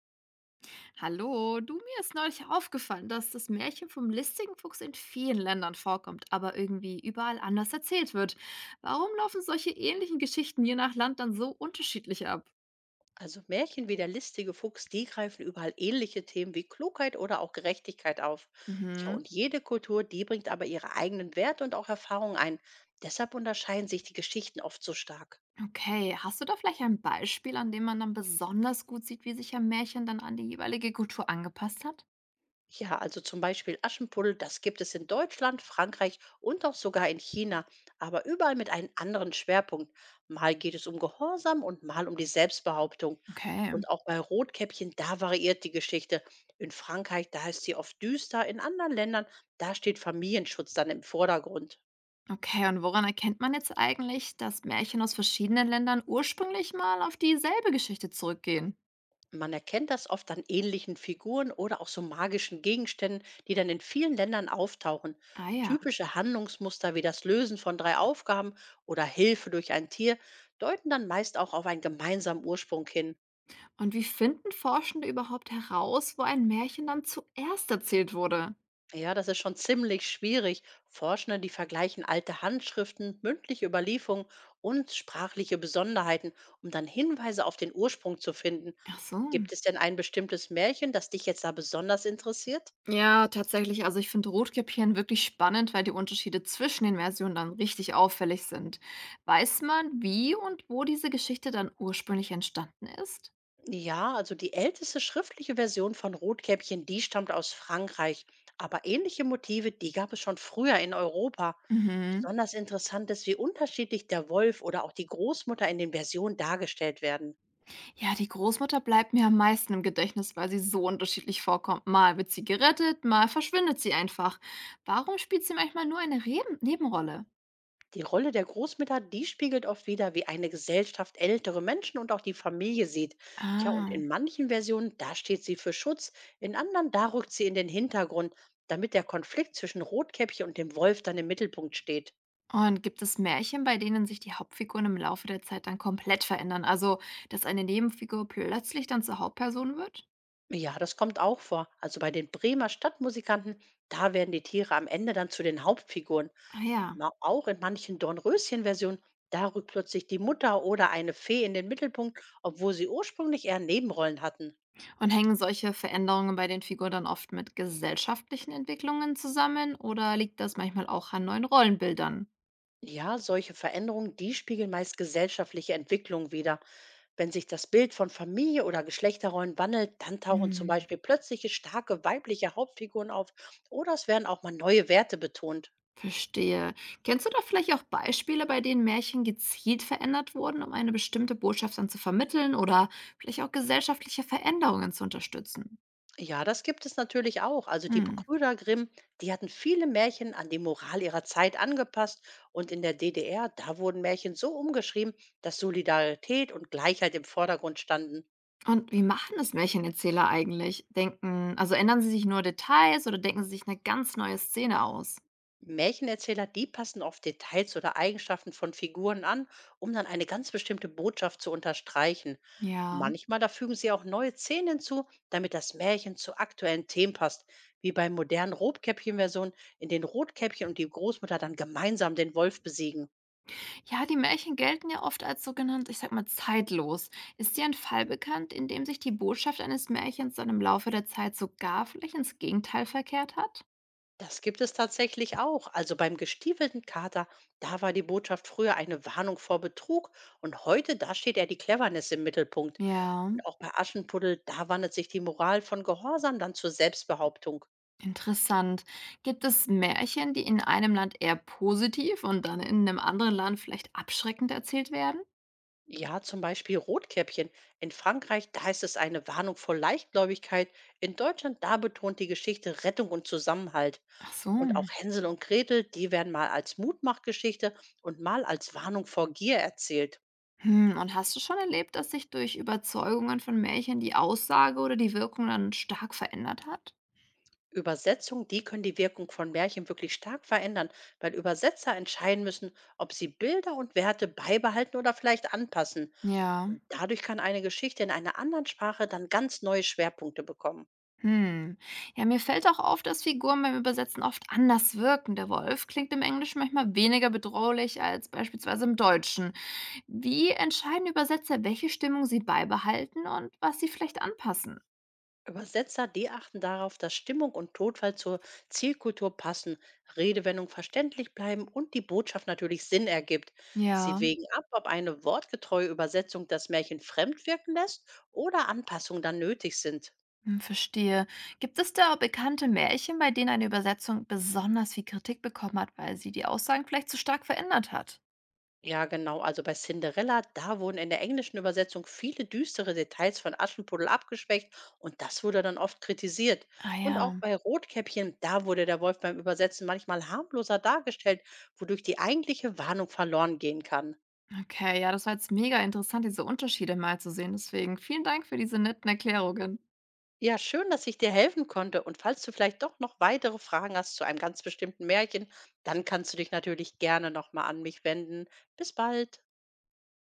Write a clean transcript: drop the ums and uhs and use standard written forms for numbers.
Hallo, du, mir ist neulich aufgefallen, dass das Märchen vom listigen Fuchs in vielen Ländern vorkommt, aber irgendwie überall anders erzählt wird. Warum laufen solche ähnlichen Geschichten je nach Land dann so unterschiedlich ab? Also Märchen wie der listige Fuchs, die greifen überall ähnliche Themen wie Klugheit oder auch Gerechtigkeit auf. Ja, Mhm. und jede Kultur, die bringt aber ihre eigenen Werte und auch Erfahrungen ein. Deshalb unterscheiden sich die Geschichten oft so stark. Okay, hast du da vielleicht ein Beispiel, an dem man dann besonders gut sieht, wie sich ein Märchen dann an die jeweilige Kultur angepasst hat? Ja, also zum Beispiel Aschenpuddel, das gibt es in Deutschland, Frankreich und auch sogar in China, aber überall mit einem anderen Schwerpunkt. Mal geht es um Gehorsam und mal um die Selbstbehauptung. Okay. Und auch bei Rotkäppchen, da variiert die Geschichte. In Frankreich, da ist sie oft düster, in anderen Ländern, da steht Familienschutz dann im Vordergrund. Okay, und woran erkennt man jetzt eigentlich, dass Märchen aus verschiedenen Ländern ursprünglich mal auf dieselbe Geschichte zurückgehen? Man erkennt das oft an ähnlichen Figuren oder auch so magischen Gegenständen, die dann in vielen Ländern auftauchen. Ah ja. Typische Handlungsmuster wie das Lösen von drei Aufgaben oder Hilfe durch ein Tier deuten dann meist auch auf einen gemeinsamen Ursprung hin. Und wie finden Forschende überhaupt heraus, wo ein Märchen dann zuerst erzählt wurde? Ja, das ist schon ziemlich schwierig. Forschende, die vergleichen alte Handschriften, mündliche Überlieferungen und sprachliche Besonderheiten, um dann Hinweise auf den Ursprung zu finden. Ach so. Gibt es denn ein bestimmtes Märchen, das dich jetzt da besonders interessiert? Ja, tatsächlich. Also ich finde Rotkäppchen wirklich spannend, weil die Unterschiede zwischen den Versionen dann richtig auffällig sind. Weiß man, wie und wo diese Geschichte dann ursprünglich entstanden ist? Ja, also die älteste schriftliche Version von Rotkäppchen, die stammt aus Frankreich. Aber ähnliche Motive, die gab es schon früher in Europa. Mhm. Besonders interessant ist, wie unterschiedlich der Wolf oder auch die Großmutter in den Versionen dargestellt werden. Ja, die Großmutter bleibt mir am meisten im Gedächtnis, weil sie so unterschiedlich vorkommt. Mal wird sie gerettet, mal verschwindet sie einfach. Warum spielt sie manchmal nur eine Reben Nebenrolle? Die Rolle der Großmutter, die spiegelt oft wider, wie eine Gesellschaft ältere Menschen und auch die Familie sieht. Tja, und Ah. in manchen Versionen, da steht sie für Schutz, in anderen, da rückt sie in den Hintergrund, damit der Konflikt zwischen Rotkäppchen und dem Wolf dann im Mittelpunkt steht. Und gibt es Märchen, bei denen sich die Hauptfiguren im Laufe der Zeit dann komplett verändern? Also, dass eine Nebenfigur plötzlich dann zur Hauptperson wird? Ja, das kommt auch vor. Also bei den Bremer Stadtmusikanten, da werden die Tiere am Ende dann zu den Hauptfiguren. Ah ja. Na, auch in manchen Dornröschen-Versionen, da rückt plötzlich die Mutter oder eine Fee in den Mittelpunkt, obwohl sie ursprünglich eher Nebenrollen hatten. Und hängen solche Veränderungen bei den Figuren dann oft mit gesellschaftlichen Entwicklungen zusammen oder liegt das manchmal auch an neuen Rollenbildern? Ja, solche Veränderungen, die spiegeln meist gesellschaftliche Entwicklung wider. Wenn sich das Bild von Familie oder Geschlechterrollen wandelt, dann tauchen zum Hm, Beispiel plötzliche starke weibliche Hauptfiguren auf oder es werden auch mal neue Werte betont. verstehe. Kennst du da vielleicht auch Beispiele, bei denen Märchen gezielt verändert wurden, um eine bestimmte Botschaft dann zu vermitteln oder vielleicht auch gesellschaftliche Veränderungen zu unterstützen? Ja, das gibt es natürlich auch. Also die Hm. Brüder Grimm, die hatten viele Märchen an die Moral ihrer Zeit angepasst und in der DDR, da wurden Märchen so umgeschrieben, dass Solidarität und Gleichheit im Vordergrund standen. Und wie machen das Märchenerzähler eigentlich? Denken, also ändern sie sich nur Details oder denken sie sich eine ganz neue Szene aus? Märchenerzähler, die passen oft Details oder Eigenschaften von Figuren an, um dann eine ganz bestimmte Botschaft zu unterstreichen. Ja. Manchmal, da fügen sie auch neue Szenen hinzu, damit das Märchen zu aktuellen Themen passt, wie bei modernen Rotkäppchen-Versionen, in denen Rotkäppchen und die Großmutter dann gemeinsam den Wolf besiegen. Ja, die Märchen gelten ja oft als sogenannt, ich sag mal, zeitlos. Ist dir ein Fall bekannt, in dem sich die Botschaft eines Märchens dann im Laufe der Zeit sogar vielleicht ins Gegenteil verkehrt hat? Das gibt es tatsächlich auch. Also beim gestiefelten Kater, da war die Botschaft früher eine Warnung vor Betrug und heute, da steht eher die Cleverness im Mittelpunkt. Ja, Und auch bei Aschenputtel, da wandelt sich die Moral von Gehorsam dann zur Selbstbehauptung. interessant. Gibt es Märchen, die in einem Land eher positiv und dann in einem anderen Land vielleicht abschreckend erzählt werden? Ja, zum Beispiel Rotkäppchen. In Frankreich, da ist es eine Warnung vor Leichtgläubigkeit. In Deutschland, da betont die Geschichte Rettung und Zusammenhalt. Ach so. Und auch Hänsel und Gretel, die werden mal als Mutmachgeschichte und mal als Warnung vor Gier erzählt. Hm, und hast du schon erlebt, dass sich durch Überzeugungen von Märchen die Aussage oder die Wirkung dann stark verändert hat? Übersetzungen, die können die Wirkung von Märchen wirklich stark verändern, weil Übersetzer entscheiden müssen, ob sie Bilder und Werte beibehalten oder vielleicht anpassen. Ja. Und dadurch kann eine Geschichte in einer anderen Sprache dann ganz neue Schwerpunkte bekommen. Hm. Ja, mir fällt auch auf, dass Figuren beim Übersetzen oft anders wirken. Der Wolf klingt im Englischen manchmal weniger bedrohlich als beispielsweise im Deutschen. Wie entscheiden Übersetzer, welche Stimmung sie beibehalten und was sie vielleicht anpassen? Übersetzer, die achten darauf, dass Stimmung und Tonfall zur Zielkultur passen, Redewendung verständlich bleiben und die Botschaft natürlich Sinn ergibt. Sie Ja, wägen ab, ob eine wortgetreue Übersetzung das Märchen fremd wirken lässt oder Anpassungen dann nötig sind. hm, verstehe. Gibt es da bekannte Märchen, bei denen eine Übersetzung besonders viel Kritik bekommen hat, weil sie die Aussagen vielleicht zu stark verändert hat? Ja, genau. Also bei Cinderella, da wurden in der englischen Übersetzung viele düstere Details von Aschenputtel abgeschwächt und das wurde dann oft kritisiert. Ah Und auch ja, bei Rotkäppchen, da wurde der Wolf beim Übersetzen manchmal harmloser dargestellt, wodurch die eigentliche Warnung verloren gehen kann. okay. Ja, das war jetzt mega interessant, diese Unterschiede mal zu sehen. Deswegen vielen Dank für diese netten Erklärungen. Ja, schön, dass ich dir helfen konnte. Und falls du vielleicht doch noch weitere Fragen hast zu einem ganz bestimmten Märchen, dann kannst du dich natürlich gerne nochmal an mich wenden. Bis bald.